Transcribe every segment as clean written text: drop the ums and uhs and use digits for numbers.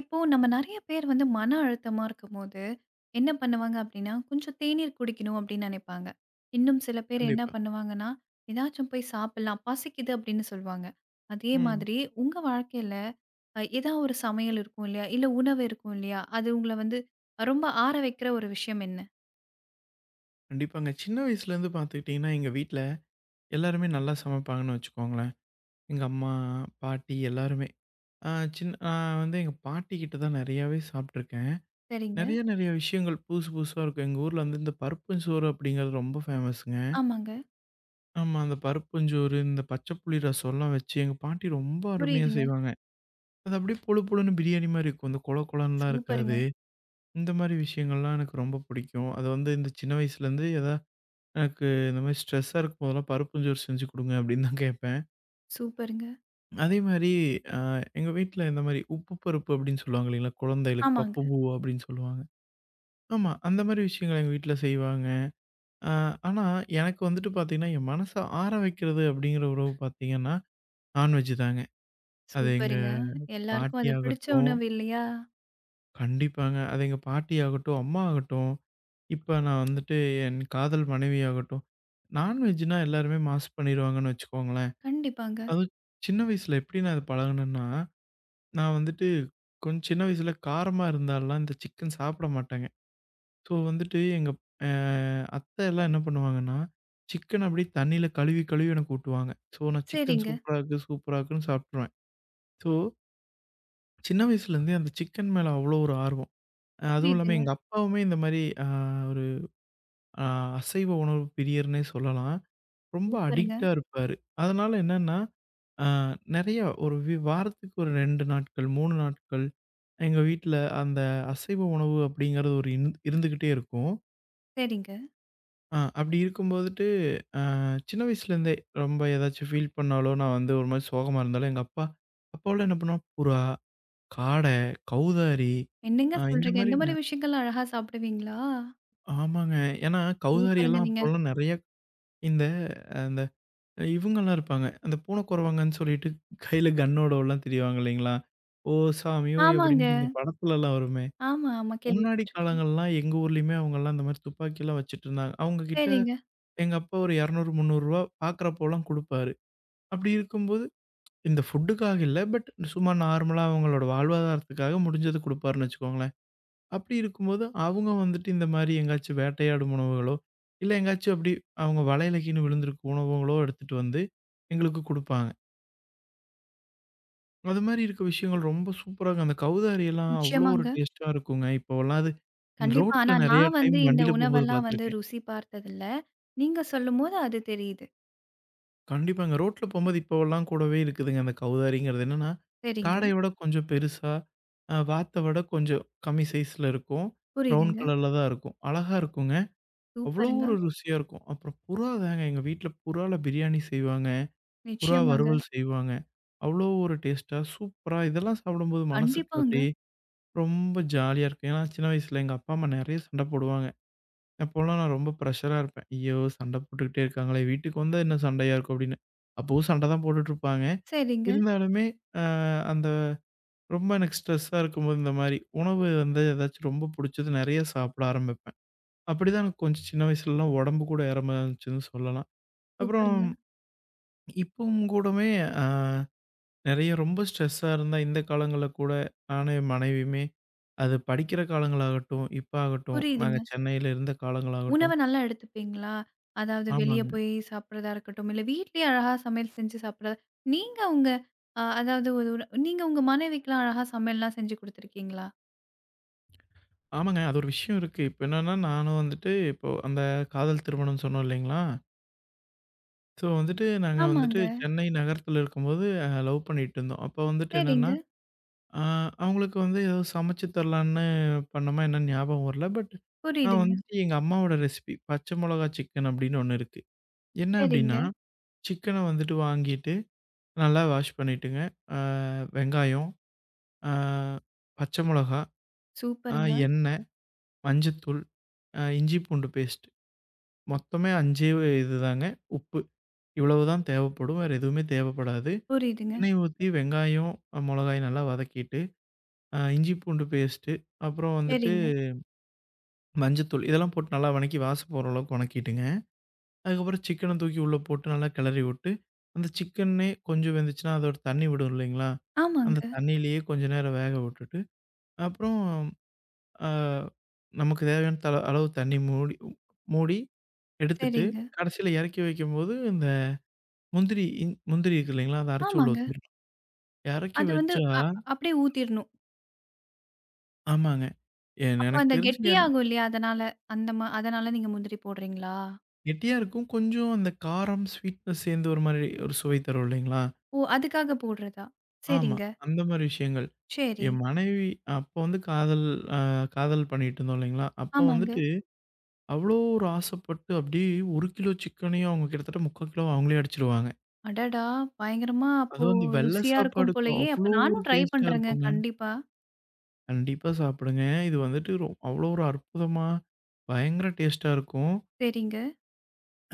இப்போ நம்ம நெறைய பேர் வந்து மன அழுத்தமா இருக்கும்போது, என்ன பண்ணுவாங்க அப்டின்னா, கொஞ்சம் தேநீர் குடிக்கணும் அப்டின்னு நெனைப்பாங்க. இன்னும் சில பேர் என்ன கண்டிப்பா. பண்ணுவாங்கன்னா, ஏதாச்சும் போய் சாப்பிடலாம், பசிக்குது அப்டின்னு சொல்வாங்க. அதே ம். மாதிரி உங்க வாழ்க்கையில ஏதா ஒரு சமையல் இருக்கும் இல்லையா? இல்ல உணவு இருக்கும் இல்லையா? அது உங்கள வந்து ரொம்ப ஆற வைக்கிற ஒரு விஷயம் என்ன? கண்டிப்பாங்க. சின்ன வயசுலேருந்து பார்த்துக்கிட்டீங்கன்னா, எங்க வீட்ல எல்லாருமே நல்லா சமைப்பாங்கன்னு வச்சுக்கோங்களேன். எங்க அம்மா, பாட்டி எல்லாருமே. ஆ சின் நான் வந்து எங்க பாட்டிகிட்ட தான் நெறையாவே சாப்ட்டுருக்கேன். சரிங்க. நெறைய, நெறைய விஷயங்கள் புதுசு புதுசா இருக்கும். எங்க ஊர்ல வந்து இந்த பருப்புஞ்சோறு அப்படிங்கிறது ரொம்ப ஃபேமஸுங்க. ஆமாங்க. ஆமா. அந்த பருப்புஞ்சோறு, இந்த பச்சை புளி ரசம்லாம் வச்சு எங்க பாட்டி ரொம்ப அருமையா புரியுதுங்க. செய்வாங்க. அது அப்படியே புழு புழுன்னு பிரியாணி மாரி இருக்கும். இந்த கொழ கொழன்னுலாம் சூப்பருங்க, இருக்காது. இந்த மாரி விஷயங்கள்லாம் எனக்கு ரொம்ப பிடிக்கும். அது வந்து இந்த சின்ன வயசுலேருந்து எனக்கு இந்த மாரி ஸ்ட்ரெஸ்ஸா இருக்கும்போதெல்லாம் பருப்புஞ்சோறு செஞ்சு குடுங்க அப்படின்னு தான் கேட்பேன். சூப்பருங்க. அதே மாரி அ எங்க வீட்ல இந்த மாரி உப்பு பருப்பு அப்படின்னு சொல்லுவாங்க இல்லைங்களா? குழந்தைகளுக்கு ஆமாங்க. பப்பு பூவா அப்படின்னு சொல்லுவாங்க. ஆமா. அந்த மாரி விஷயங்கள் எங்க வீட்ல செய்வாங்க. அ ஆனா எனக்கு வந்துட்டு பார்த்தீங்கன்னா, என் மனச ஆற வைக்கிறது அப்படிங்கிற உறவு பார்த்தீங்கன்னா, நான்வெஜ் தாங்க. அது எங்க சூப்பருங்க. எல்லாருக்கும் பாட்டி அது பிடிச்ச ஆகட்டும் உணவு இல்லையா? கண்டிப்பாங்க. அது எங்க பாட்டி ஆகட்டும், அம்மா ஆகட்டும், இப்ப நான் வந்துட்டு என் காதல் மனைவி ஆகட்டும், நான்வெஜ்ன்னா எல்லாருமே மாஸ் பண்ணிருவாங்கன்னு வச்சுக்கோங்களேன். கண்டிப்பாங்க. அதுவும் சின்ன வயசுல எப்படி நான் அத பழகுனேன்னா, நான் வந்துட்டு கொஞ்சம் சின்ன வயசுல காரமா இருந்தால்லாம் இந்த சிக்கன் சாப்பிட மாட்டேங்க. ஸோ வந்துட்டு எங்க அ அத்த எல்லாம் என்ன பண்ணுவாங்கன்னா, சிக்கன் அப்படியே தண்ணீல கழுவி கழுவி எனக்கு ஊட்டுவாங்க. ஸோ நான் சிக்கன் சரிங்க. சூப்பரா இருக்கு, சூப்பரா இருக்குன்னு சாப்பிட்டுருவேன். ஸோ சின்ன வயசுலேருந்தே அந்த சிக்கன் மேல அவ்வளோ ஒரு ஆர்வம். அதுவும் இல்லாம புரியுதுங்க. எங்க அப்பாவுமே இந்த மாரி அ ஒரு அ அசைவ உணவு பிரியர்னே சொல்லலாம். ரொம்ப சூப்பருங்க. அடிக்ட்டா இருப்பாரு. அதனால என்னன்னா ஆ நெறைய ஒரு வாரத்துக்கு ஒரு 2 நாட்கள், 3 நாட்கள் எங்க வீட்ல அந்த அசைவ உணவு அப்படிங்கிறது ஒரு இருந்து இருந்துகிட்டே இருக்கும். சரிங்க. அப்படி இருக்கும் போதுட்டு, அ சின்ன வயசுலேருந்தே ரொம்ப ஏதாச்சும் ஃபீல் பண்ணாலோ, நான் வந்து ஒரு மாரி சோகமா இருந்தாலும் எங்க அப்பா அப்போலாம் என்ன பண்ணுவோம், புறா, காடை, கௌதாரி என்னங்க அ இந்த சொல்றீங்க? மாரி இந்த ந மாரி விஷயங்கள்லாம் அழகா சாப்பிடுவீங்களா? ஆமாங்க. ஏன்னா கௌதாரி சூப்பருங்க எல்லாம் நீங்க. அப்போலாம் நெறைய இந்த அந்த இவங்கலாம் இருப்பாங்க. அந்த பூனக்குறவங்கன்னு சொல்லிட்டு கையில கன்னோடலாம் திரிவாங்க இல்லைங்களா? "ஓ சாமி ஓய்" ஆமாங்க. அப்படின்னு இந்த படத்துலலாம் வருமே. ஆமா, ஆமா. முன்னாடி கேள்விப்பட்டுருக்கேன். காலங்கள்லாம் எங்க ஊர்லயுமே அவங்கலாம் அந்த மாரி துப்பாக்கிலாம் வச்சுட்டுருந்தாங்க. அவங்க கிட்ட சரிங்க. எங்க அப்பா ஒரு ரூ. 200, 300 பார்க்குறப்போலாம் குடுப்பாரு. அப்படி இருக்கும்போது இந்த ஃபுட்டுக்காக இல்ல. பட் சும்மா நார்மலா அவங்களோட வாழ்வாதாரத்துக்காக முடிஞ்சத குடுப்பாருன்னு வச்சுக்கோங்களேன். அப்படி இருக்கும்போது அவங்க வந்துட்டு இந்த மாரி எங்கேயாச்சும் வேட்டையாடும் உணவுகளோ, இல்ல எங்கேயாச்சும் அப்படி அவங்க வலையில கீழ விழுந்திருக்கும் உணவுகளோ எடுத்துட்டு வந்து எங்களுக்கு குடுப்பாங்க. அது மாரி இருக்க விஷயங்கள் ரொம்ப சூப்பராங்க. அந்த கௌதாரி எல்லாம் அவ்ளோ ஒரு நிச்சயமாங்க. டேஸ்ட்டா இருக்குங்க. இப்போவெல்லாம் அது கண்டிப்பா. ஆனா ரோட்ல நெறைய நான் டைம் வந்து இந்த வண்டியில போம்போது உணவெல்லாம் வந்து பார்த்துருக்கேன். ருசி பார்த்ததில்ல. நீங்க சொல்லும்போது அது தெரியுது. கண்டிப்பாங்க. ரோட்ல போம்போது இப்போவெல்லாம் கூடவே இருக்குதுங்க. அந்த கௌதாரிங்கிறது என்னன்னா, சரிங்க. காடையோட கொஞ்சம் பெருசா, வாத்த விட கொஞ்சம் கம்மி சைஸ்ல இருக்கும். ப்ரவுன் புரியுதுங்க. கலர்ல தான் இருக்கும். அழகா இருக்குங்க. அவ்வளோ சூப்பருங்க. ஒரு ருசியா இருக்கும். அப்புறம் புறா தாங்க. எங்க வீட்ல புறால பிரியாணி செய்வாங்க. புறா நிச்சயமாங்க. வறுவல் செய்வாங்க. அவ்வளோ ஒரு டேஸ்ட்டா சூப்பரா இதெல்லாம் சாப்பிடும்போது மனசுக்கு கண்டிப்பாங்க. அப்படியே ரொம்ப ஜாலியா இருக்கும். ஏன்னா, சின்ன வயசுல எங்க அப்பா, அம்மா நெறைய சண்ட போடுவாங்க. அப்போலாம் நான் ரொம்ப ப்ரெஷரா இருப்பேன். "ஐயோ! சண்ட போட்டுக்கிட்டே இருக்காங்களே! வீட்டுக்கு வந்தா என்ன சண்டையா இருக்கும்" அப்படின்னு. அப்பவும் சண்ட தான் போட்டுட்ருப்பாங்க. சரிங்க. இருந்தாலுமே, அ அந்த ரொம்ப எனக்கு ஸ்ட்ரெஸ்ஸா இருக்கும்போது இந்த மாரி உணவு வந்து ஏதாச்சும் ரொம்ப புடிச்சது நெறைய சாப்பிட ஆரம்பிப்பேன். அப்படிதான் எனக்கு கொஞ்சம் சின்ன வயசுலலாம் உடம்பு கூட ஏற ஆரம்பிச்சுதுன்னு சொல்லலாம். அப்புறம் சூப்பருங்க. இப்பவும் கூடமே அ நெறைய ரொம்ப ஸ்ட்ரெஸ்ஸா இருந்தா இந்த காலங்கள்ல கூட நானும் என் மனைவியுமே, அது படிக்கிற காலங்களாகட்டும், இப்ப ஆகட்டும், புரியுதுங்க. நாங்க சென்னையில இருந்த உணவ காலங்களாகட்டும் நல்லா எடுத்துப்பீங்களா? அதாவது வெளிய ஆமாங்க. போய் சாப்பிடுறதா இருக்கட்டும், இல்ல வீட்லயே அழகா சமையல் செஞ்சு சாப்பிடுறதா நீங்க உங்க அதாவது ஒரு ஒரு நீங்க உங்க மனைவிக்குலாம் அழகா சமையல்லாம் செஞ்சு குடுத்துருக்கீங்களா? ஆமாங்க. அது ஒரு விஷயம் இருக்கு. இப்ப என்னன்னா நானும் வந்துட்டு இப்போ அந்த காதல் திருமணம் சொன்னோம் இல்லைங்களா? ஸோ வந்துட்டு நாங்க வந்துட்டு ஆமாங்க. சென்னை நகரத்துல இருக்கும்போது லவ் பண்ணிட்டு இருந்தோம். அப்ப வந்துட்டு சரிங்க. என்னன்னா, அ அவங்களுக்கு வந்து ஏதோ சமைச்சு தரலான்னு பண்ணோமா என்னன்னு ஞாபகம் வரல. பட் நான் புரியுதுங்க. வந்துட்டு எங்க அம்மாவோட ரெசிபி பச்சை மொளகா சிக்கன் அப்படின்னு ஒண்ணு இருக்கு. என்ன அப்படின்னா சரிங்க. சிக்கன வந்துட்டு வாங்கிட்டு, நல்லா வாஷ் பண்ணிட்டுங்க, அ வெங்காயம், அ பச்சை மொளகா, அ சூப்பருங்க. எண்ணெய், மஞ்சத்தூள், இஞ்சி பூண்டு பேஸ்ட் மொத்தமே 5 இதுதாங்க. உப்பு இவ்வளவுதான் தேவைப்படும். வேற எதுவுமே தேவைப்படாது. புரியுதுங்க. எண்ணெய் ஊத்தி வெங்காயம், மொளகாய் நல்லா வதக்கிட்டு, இஞ்சி பூண்டு பேஸ்ட்டு, அப்புறம் வந்துட்டு சரிங்க. மஞ்சத்தூள் இதெல்லாம் போட்டு நல்லா வணக்கி வாசம் போற அளவுக்கு வணக்கிட்டுங்க. அதுக்கப்புறம் சிக்கன தூக்கி உள்ள போட்டு நல்லா கிளறி விட்டு, அந்த சிக்கனே கொஞ்சம் வெந்துச்சுன்னா, அதோட தண்ணி விடும் இல்லைங்களா? அந்த ஆமாங்க. தண்ணியிலேயே கொஞ்ச நேரம் வேக விட்டுட்டு, அப்புறம் அ நமக்கு தேவையான அளவு தண்ணி மூடி மூடி எடுத்துட்டு, சரிங்க. கடைசியில இறக்கி வைக்கும்போது இந்த முந்திரி இருக்கு இல்லைங்களா? அத அரைச்சு உள்ள ஆமாங்க. ஊத்திடணும். இறக்கி அது வந்து வச்சா அ அப்படியே ஊத்திரணும். ஆமாங்க. என் அப்ப எனக்கு அந்த தெரிஞ்சு என் கெட்டியாகும் இல்லையா? அதனால அந்த மா அதனால நீங்க முந்திரி போடுறீங்களா? கெட்டியா இருக்கும். கொஞ்சம் அந்த காரம், ஸ்வீட்னஸ் சேர்ந்து ஒரு மாரி ஒரு சுவை தரும் இல்லைங்களா? ஓ! அதுக்காக போடுறதா? ஆமா. சரிங்க. அந்த மாரி விஷயங்கள். சரி. என் மனைவி அப்போ வந்து அ காதல் பண்ணிட்டு இருந்தோம் இல்லைங்களா? அப்போ ஆமாங்க. வந்துட்டு அவ்ளோ ஒரு ஆசைப்பட்டு அப்படியே 1 கிலோ சிக்கனையும் அவங்க கிட்டத்தட்ட 3/4 கிலோ அவங்களே அடிச்சுருவாங்க. அடடா! பயங்கரமா அப்போ அதுவும் அந்த வெள்ள ருசியா இருக்கும் சாப்பாடுக்கு போலயே! அவ்ளோ அப்ப ஒரு நானும் ட்ரை டேஸ்ட்டா பண்றேங்க இருக்குங்க. கண்டிப்பா. கண்டிப்பா சாப்பிடுங்க. இது வந்துட்டு அவ்ளோ ஒரு அற்புதமா, பயங்கர டேஸ்ட்டா இருக்கும். சரிங்க,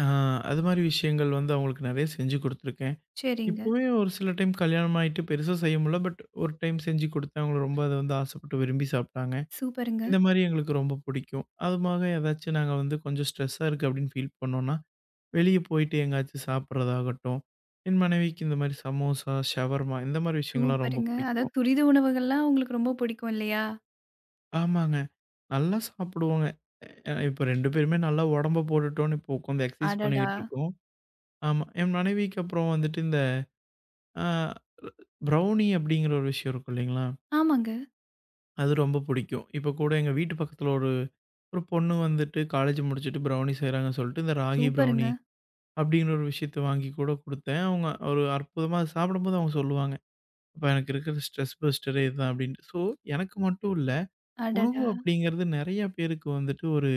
அ அது மாரி விஷயங்கள் வந்து அவங்களுக்கு நெறைய செஞ்சு குடுத்துருக்கேன். சரிங்க. இப்போவே ஒரு சில டைம் கல்யாணம் ஆயிட்டு பெருசா செய்ய முடியல. பட் ஒரு டைம் செஞ்சு குடுத்தேன். அவங்க ரொம்ப அத வந்து ஆசைப்பட்டு விரும்பி சாப்பிட்டாங்க. சூப்பருங்க, இந்த மாரி எங்களுக்கு ரொம்ப பிடிக்கும். அதுபோக ஏதாச்சும் நாங்க வந்து கொஞ்சம் ஸ்ட்ரெஸ்ஸா இருக்கு அப்படின்னு ஃபீல் பண்ணோம்னா, வெளிய போயிட்டு எங்கேயாச்சும் சாப்பிடுறதாகட்டும், என் மனைவிக்கு இந்த மாரி சமோசா, ஷவர்மா இந்த மாரி விஷயங்கள்லாம் ரொம்ப சூப்பருங்க. பிடிக்கும். அதாவது துரித உணவுகள்லாம் உங்களுக்கு ரொம்ப பிடிக்கும் இல்லையா? ஆமாங்க. நல்லா சாப்பிடுவோங்க. இப்ப 2 பேருமே நல்லா உடம்ப போட்டுட்டோம்னு இப்போ உட்காந்து எக்சர்சைஸ் அடடா! பண்ணிக்கிட்டு இருக்கோம். ஆமா. என் மனைவிக்கு அப்புறம் வந்துட்டு இந்த ஆ ப்ரௌனி அப்படிங்கிற ஒரு விஷயம் இருக்கும் இல்லைங்களா? ஆமாங்க. அது ரொம்ப பிடிக்கும். இப்ப கூட எங்க வீட்டு பக்கத்துல ஒரு ஒரு பொண்ணு வந்துட்டு காலேஜ் முடிச்சுட்டு ப்ரௌனி செய்றாங்கன்னு சொல்லிட்டு இந்த ராகி ப்ரௌனி சூப்பருங்க. அப்படிங்கிற ஒரு விஷயத்த வாங்கி கூட குடுத்தேன். அவங்க ஒரு அற்புதமா அத சாப்பிடும்போது அவங்க சொல்லுவாங்க. "அப்பா எனக்கு இருக்கிற ஸ்ட்ரெஸ் பஸ்டரே இதுதான்" அப்படின்ட்டு. ஸோ எனக்கு மட்டும் இல்ல, உணவு அடடா! அப்படிங்கிறது நெறைய பேருக்கு வந்துட்டு ஒரு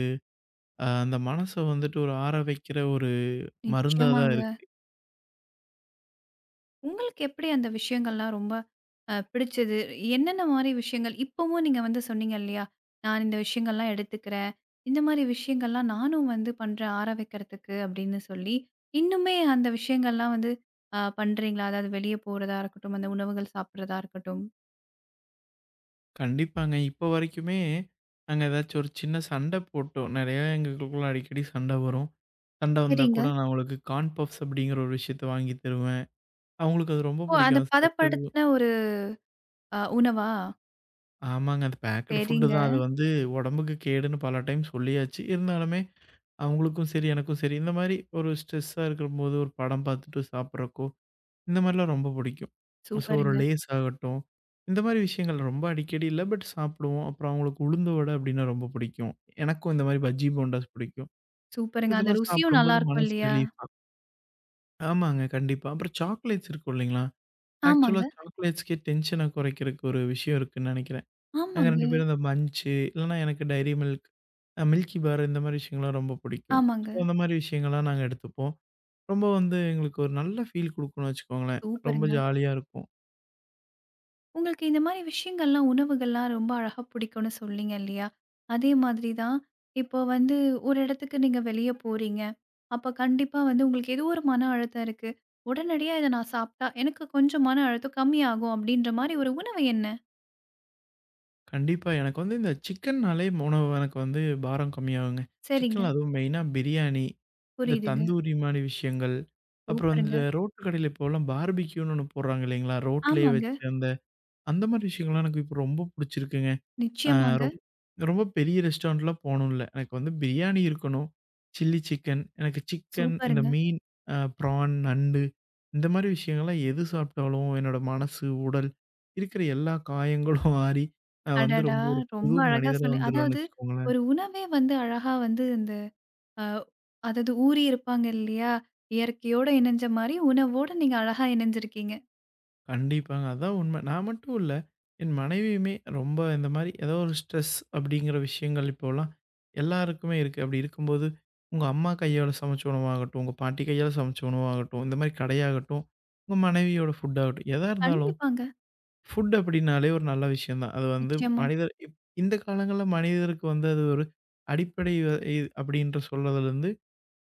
அ அந்த மனச வந்துட்டு ஒரு ஆற வைக்கிற ஒரு மருந்தா தான் நிச்சயமாங்க. இருக்கு. உங்களுக்கு எப்படி அந்த விஷயங்கள்லாம் ரொம்ப பிடிச்சது? என்னென்ன மாரி விஷயங்கள் இப்பவும் நீங்க வந்து சொன்னீங்க இல்லையா? நான் இந்த விஷயங்கள்லாம் எடுத்துக்கிறேன். இந்த மாரி விஷயங்கள்லாம் நானும் வந்து பண்றேன் ஆற வைக்கிறதுக்கு அப்படின்னு சொல்லி, இன்னுமே அந்த விஷயங்கள்லாம் வந்து பண்றீங்களா? அதாவது வெளிய போறதா இருக்கட்டும், அந்த உணவுகள் சாப்பிடுறதா இருக்கட்டும். கண்டிப்பாங்க. இப்ப வரைக்குமே நாங்க ஏதாச்சும் ஒரு சின்ன சண்டை போட்டோம். நெறைய எங்களுக்குள்ள அடிக்கடி சண்டை வரும். சண்டை வந்தா சரிங்க. கூட நான் அவங்களுக்கு கார்ன் பஃப்ஸ் அப்படிங்கிற ஒரு விஷயத்த வாங்கி தருவேன். அவங்களுக்கு அது ரொம்ப ஓ! அத பிடிக்கும். அத சாப்பிட்டு பதப்படுத்தின ஒரு உணவா? ஆமாங்க. அது பேக்குடு ஃபுட்டு சரிங்க. தான். அது வந்து உடம்புக்கு கேடுன்னு பல டைம் சொல்லியாச்சு. இருந்தாலுமே, அவங்களுக்கும் சரி, எனக்கும் சரி, இந்த மாரி ஒரு ஸ்ட்ரெஸ்ஸா இருக்கும்போது, ஒரு படம் பார்த்துட்டு சாப்பிட்றக்கோ, இந்த மாரிலாம் ரொம்ப பிடிக்கும். ஸோ, ஒரு சூப்பருங்க, லேஸ் ஆகட்டும், இந்த மாரி விஷயங்கள் ரொம்ப அடிக்கடி இல்ல. பட் சாப்பிடுவோம். அப்புறம் அவங்களுக்கு உளுந்து வடை அப்படின்னா ரொம்ப பிடிக்கும். எனக்கும் இந்த மாரி பஜ்ஜி, போண்டாஸ் பிடிக்கும். சூப்பருங்க. அந்த இதெல்லாம் ருசியும் சாப்பிடும்போது நல்லாருக்கும் மனசு இல்லையா? ரிலீஃபா ஆமாங்க. கண்டிப்பா. அப்புறம் சாக்லேட்ஸ் இருக்கும் இல்லைங்களா? ஆக்சுவலா ஆமாங்க. சாக்லேட்ஸ்க்கே டென்ஷன குறைக்கிறதுக்கு ஒரு விஷயம் இருக்குன்னு நினைக்கிறேன். நாங்க ஆமாங்க, 2 பேரும் இந்த மன்ச்சு, இல்லன்னா எனக்கு டைரி மில்க், மில்கி பார் இந்த மாரி விஷயங்கள்லாம் ரொம்ப பிடிக்கும். ஸோ, ஆமாங்க. அந்த மாரி விஷயங்கள்லாம் நாங்க எடுத்துப்போம். ரொம்ப வந்து எங்களுக்கு ஒரு நல்ல ஃபீல் குடுக்கும்னு வச்சுக்கோங்களேன். ரொம்ப சூப்பருங்க. ஜாலியா இருக்கும். உங்களுக்கு இந்த மாரி விஷயங்கள்லாம், உணவுகள்லாம் ரொம்ப அழகா பிடிக்கும்னு சொன்னீங்க இல்லையா? அதே மாதிரி தான் இப்போ வந்து ஒரு இடத்துக்கு நீங்க வெளிய போறீங்க. அப்ப கண்டிப்பா வந்து உங்களுக்கு ஏதோ ஒரு மன அழுத்தம் இருக்கு. உடனடியா இத நான் சாப்பிட்டா எனக்கு கொஞ்சம் மன அழுத்தம் கம்மியாகும் அப்படின்ற மாரி ஒரு உணவு என்ன? கண்டிப்பா எனக்கு வந்து இந்த சிக்கன்னாலே உணவு எனக்கு வந்து பாரம் கம்மியாகுங்க. சரிங்க. சிக்கன்ல அதுவும் மெயினா பிரியாணி, இந்த புரியுதுங்க. தந்தூரி மாரி விஷயங்கள், அப்புறம் சூப்பருங்க. இந்த ரோட்டு கடையில இப்போலாம் பார்பிக்யூன்னு ஒண்ணு போடுறாங்க இல்லைங்களா? ரோட்லயே ஆமாங்க. வச்சு அந்த அந்த மாரி விஷயங்கள்லாம் எனக்கு இப்போ ரொம்ப புடிச்சிருக்குங்க. ஆ நிச்சயமாங்க. ரொம் ரொம்ப பெரிய ரெஸ்டாரண்ட்லாம் போணும் இல்ல. எனக்கு வந்து பிரியாணி இருக்கணும். சில்லி சிக்கன், எனக்கு சிக்கன், இந்த சூப்பருங்க. மீன், ப்ரான், நண்டு இந்த மாரி விஷயங்கள்லாம் எது சாப்பிட்டாலும் என்னோட மனசு, உடல் இருக்கிற எல்லா காயங்களும் ஆறி, நான் வந்து அடடா! ரொம்ப ஒரு புது ரொம்ப அழகா மனிதரா வந்துருவேன்னு அதாவது வச்சுக்கோங்களேன். ஒரு உணவே வந்து அழகா வந்து இந்த அ அதாவது ஊறி இருப்பாங்க இல்லையா? இயற்கையோட இணைஞ்ச மாரி, உணவோட நீங்க அழகா இணைஞ்சிருக்கீங்க. கண்டிப்பாங்க. அதான் உண்ம. நான் மட்டும் இல்ல. என் மனைவியுமே ரொம்ப இந்த மாரி ஏதோ ஒரு ஸ்ட்ரெஸ் அப்படிங்கிற விஷயங்கள் இப்போலாம் எல்லாருக்குமே இருக்கு. அப்படி இருக்கும்போது, உங்க அம்மா கையால சமைச்ச உணவாகட்டும், உங்க பாட்டி கையால சமைச்ச உணவாகட்டும், இந்த மாரி கடையாகட்டும், உங்க மனைவியோட ஃபுட் ஆகட்டும், எதா இருந்தாலும் கண்டிப்பாங்க. ஃபுட் அப்படின்னாலே ஒரு நல்ல விஷயம் தான். அது வந்து நிச்சயமா. மனிதர் இப் இந்த காலங்கள்ல மனிதருக்கு வந்து அது ஒரு அடிப்படை வ இது அப்படின்ற சொல்றதுலருந்து,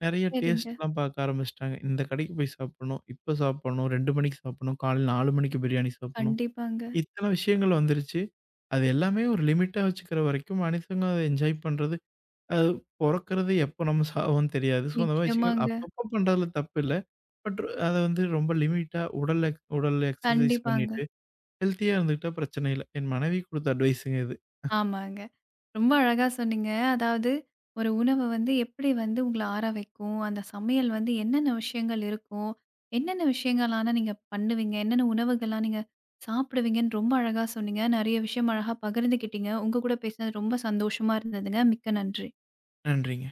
நெறைய சரிங்க. டேஸ்ட்லாம் பார்க்க ஆரம்பிச்சுட்டாங்க. இந்த கடைக்கு போய் சாப்பிடணும், இப்ப சாப்பிடணும், 2 மணிக்கு சாப்பிடணும், காலைல 4 மணிக்கு பிரியாணி சாப்பிடணும். கண்டிப்பாங்க. இத்தன விஷயங்கள் வந்துருச்சு. அது எல்லாமே ஒரு லிமிட்டா வச்சுக்கிற வரைக்கும் மனிதங்க அத என்ஜாய் பண்றது, அது பொறக்கிறது எப்போ நம்ம சாவோன்னு தெரியாது. ஸோ, அந்த மாரி விஷயங்கள் நிச்சயமாங்க. அப்பப்போ பண்றதுல தப்பு இல்ல. பட் அத வந்து ரொம்ப லிமிட்டா உடல் எக்சர்சைஸ் கண்டிப்பாங்க. பண்ணிட்டு ஹெல்த்தியா இருந்துக்கிட்டா பிரச்சனை இல்ல. என் மனைவி குடுத்த அட்வைஸுங்க இது. ஆமாங்க. ரொம்ப அழகா சொன்னீங்க. அதாவது ஒரு உணவு வந்து எப்படி வந்து உங்கள ஆற வைக்கும்? அந்த சமையல் வந்து என்னென்ன விஷயங்கள் இருக்கும்? என்னென்ன விஷயங்கள்லாம் நீங்க பண்ணுவீங்க? என்னென்ன உணவுகள்லாம் நீங்க சாப்பிடுவீங்கன்னு ரொம்ப அழகா சொன்னீங்க. நெறைய விஷயம் அழகா பகிர்ந்துக்கிட்டீங்க. உங்க கூட பேசினது ரொம்ப சந்தோஷமா இருந்ததுங்க. மிக்க நன்றி. நன்றிங்க.